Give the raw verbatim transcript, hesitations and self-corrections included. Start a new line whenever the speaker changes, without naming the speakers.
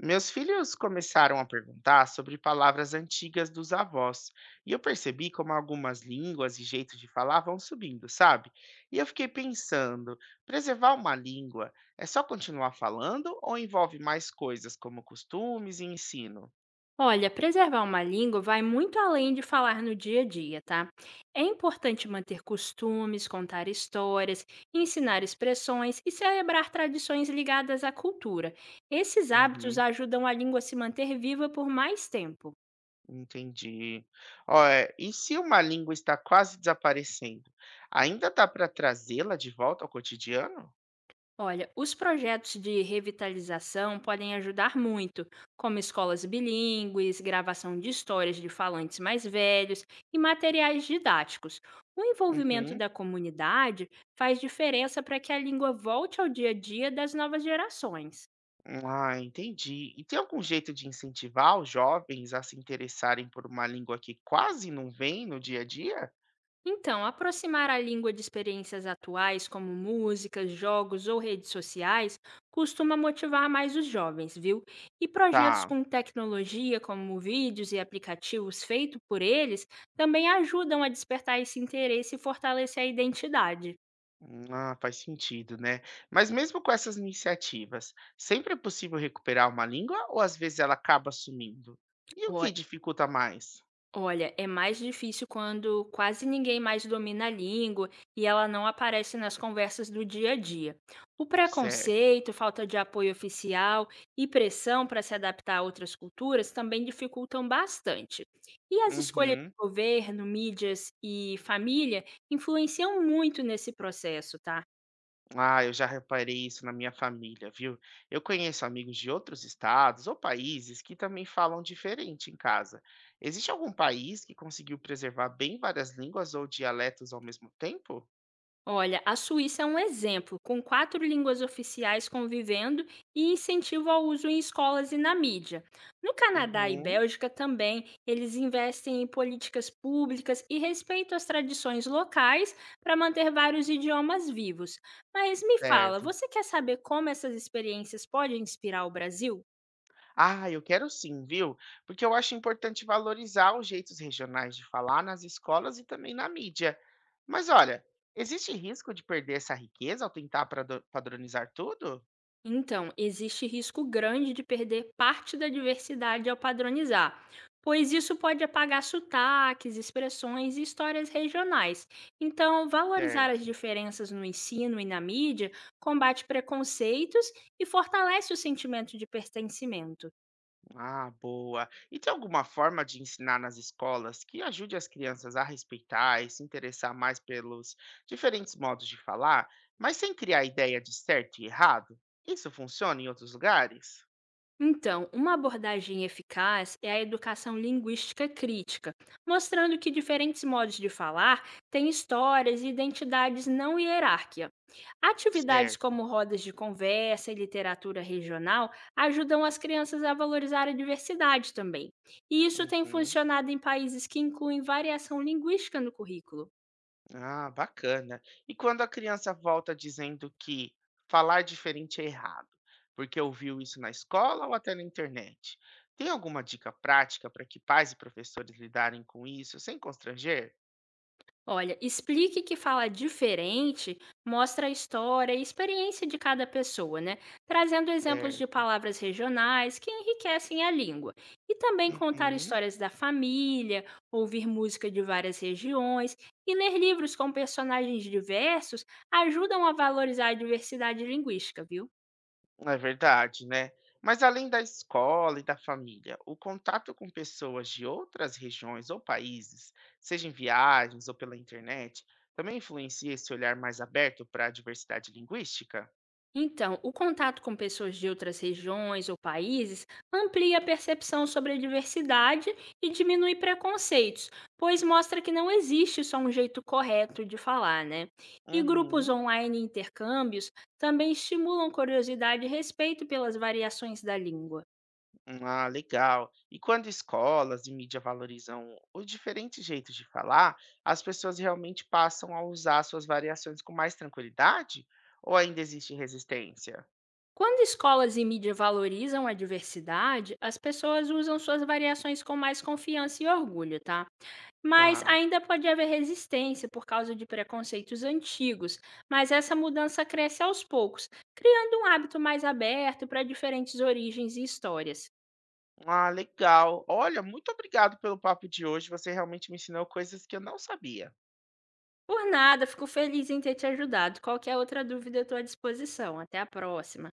Meus filhos começaram a perguntar sobre palavras antigas dos avós, e eu percebi como algumas línguas e jeitos de falar vão subindo, sabe? E eu fiquei pensando, preservar uma língua é só continuar falando ou envolve mais coisas como costumes e ensino?
Olha, preservar uma língua vai muito além de falar no dia a dia, tá? É importante manter costumes, contar histórias, ensinar expressões e celebrar tradições ligadas à cultura. Esses hábitos
Uhum,
ajudam a língua a se manter viva por mais tempo.
entendi. Ó, é, e se uma língua está quase desaparecendo, ainda dá para trazê-la de volta ao cotidiano?
Olha, os projetos de revitalização podem ajudar muito, como escolas bilíngues, gravação de histórias de falantes mais velhos e materiais didáticos. O envolvimento
Uhum.
da comunidade faz diferença para que a língua volte ao dia a dia das novas gerações.
Ah, entendi. E tem algum jeito de incentivar os jovens a se interessarem por uma língua que quase não vem no dia a dia?
Então, aproximar a língua de experiências atuais, como músicas, jogos ou redes sociais, costuma motivar mais os jovens, viu? E projetos
Tá.
com tecnologia, como vídeos e aplicativos feitos por eles, também ajudam a despertar esse interesse e fortalecer a identidade.
Hum, ah, faz sentido, né? Mas mesmo com essas iniciativas, sempre é possível recuperar uma língua ou às vezes ela acaba sumindo? E o que dificulta mais?
Olha, é mais difícil quando quase ninguém mais domina a língua e ela não aparece nas conversas do dia a dia. O
Certo.
preconceito, falta de apoio oficial e pressão para se adaptar a outras culturas também dificultam bastante. E as escolhas
Uhum.
de governo, mídias e família influenciam muito nesse processo, tá?
Ah, eu já reparei isso na minha família, viu? Eu conheço amigos de outros estados ou países que também falam diferente em casa. Existe algum país que conseguiu preservar bem várias línguas ou dialetos ao mesmo tempo?
Olha, a Suíça é um exemplo, com quatro línguas oficiais convivendo e incentivo ao uso em escolas e na mídia. No Canadá e
Uhum,
Bélgica também, eles investem em políticas públicas e respeitam as tradições locais para manter vários idiomas vivos. Mas me fala,
certo.
você quer saber como essas experiências podem inspirar o Brasil?
Ah, eu quero sim, viu? Porque eu acho importante valorizar os jeitos regionais de falar nas escolas e também na mídia. Mas olha, existe risco de perder essa riqueza ao tentar prado- padronizar tudo?
Então, existe risco grande de perder parte da diversidade ao padronizar, pois isso pode apagar sotaques, expressões e histórias regionais. Então, valorizar as
Certo.
diferenças no ensino e na mídia combate preconceitos e fortalece o sentimento de pertencimento.
Ah, boa. E tem alguma forma de ensinar nas escolas que ajude as crianças a respeitar e se interessar mais pelos diferentes modos de falar, mas sem criar a ideia de certo e errado? Isso funciona em outros lugares?
Então, uma abordagem eficaz é a educação linguística crítica, mostrando que diferentes modos de falar têm histórias e identidades não hierárquia. Atividades
Certo.
como rodas de conversa e literatura regional ajudam as crianças a valorizar a diversidade também. E isso tem
Uhum.
funcionado em países que incluem variação linguística no currículo.
Ah, bacana. E quando a criança volta dizendo que falar diferente é errado, porque ouviu isso na escola ou até na internet? Tem alguma dica prática para que pais e professores lidarem com isso sem constranger?
Olha, explique que falar diferente mostra a história e experiência de cada pessoa, né? Trazendo exemplos de
Certo.
palavras regionais que enriquecem a língua. E também contar
Uhum.
histórias da família, ouvir música de várias regiões e ler livros com personagens diversos ajudam a valorizar a diversidade linguística, viu?
É verdade, né? Mas além da escola e da família, o contato com pessoas de outras regiões ou países, seja em viagens ou pela internet, também influencia esse olhar mais aberto para a diversidade linguística?
Então, o contato com pessoas de outras regiões ou países amplia a percepção sobre a diversidade e diminui preconceitos, pois mostra que não existe só um jeito correto de falar, né? E grupos
Uhum.
online e intercâmbios também estimulam curiosidade e respeito pelas variações da língua.
Ah, legal. E quando escolas e mídia valorizam os diferentes jeitos de falar, as pessoas realmente passam a usar suas variações com mais tranquilidade? Ou ainda existe resistência?
Quando escolas e mídia valorizam a diversidade, as pessoas usam suas variações com mais confiança e orgulho, tá? Mas
Tá.
ainda pode haver resistência por causa de preconceitos antigos, mas essa mudança cresce aos poucos, criando um hábito mais aberto para diferentes origens e histórias.
Ah, legal. Olha, muito obrigado pelo papo de hoje. Você realmente me ensinou coisas que eu não sabia.
Por nada, fico feliz em ter te ajudado. Qualquer outra dúvida, eu estou à disposição. Até a próxima.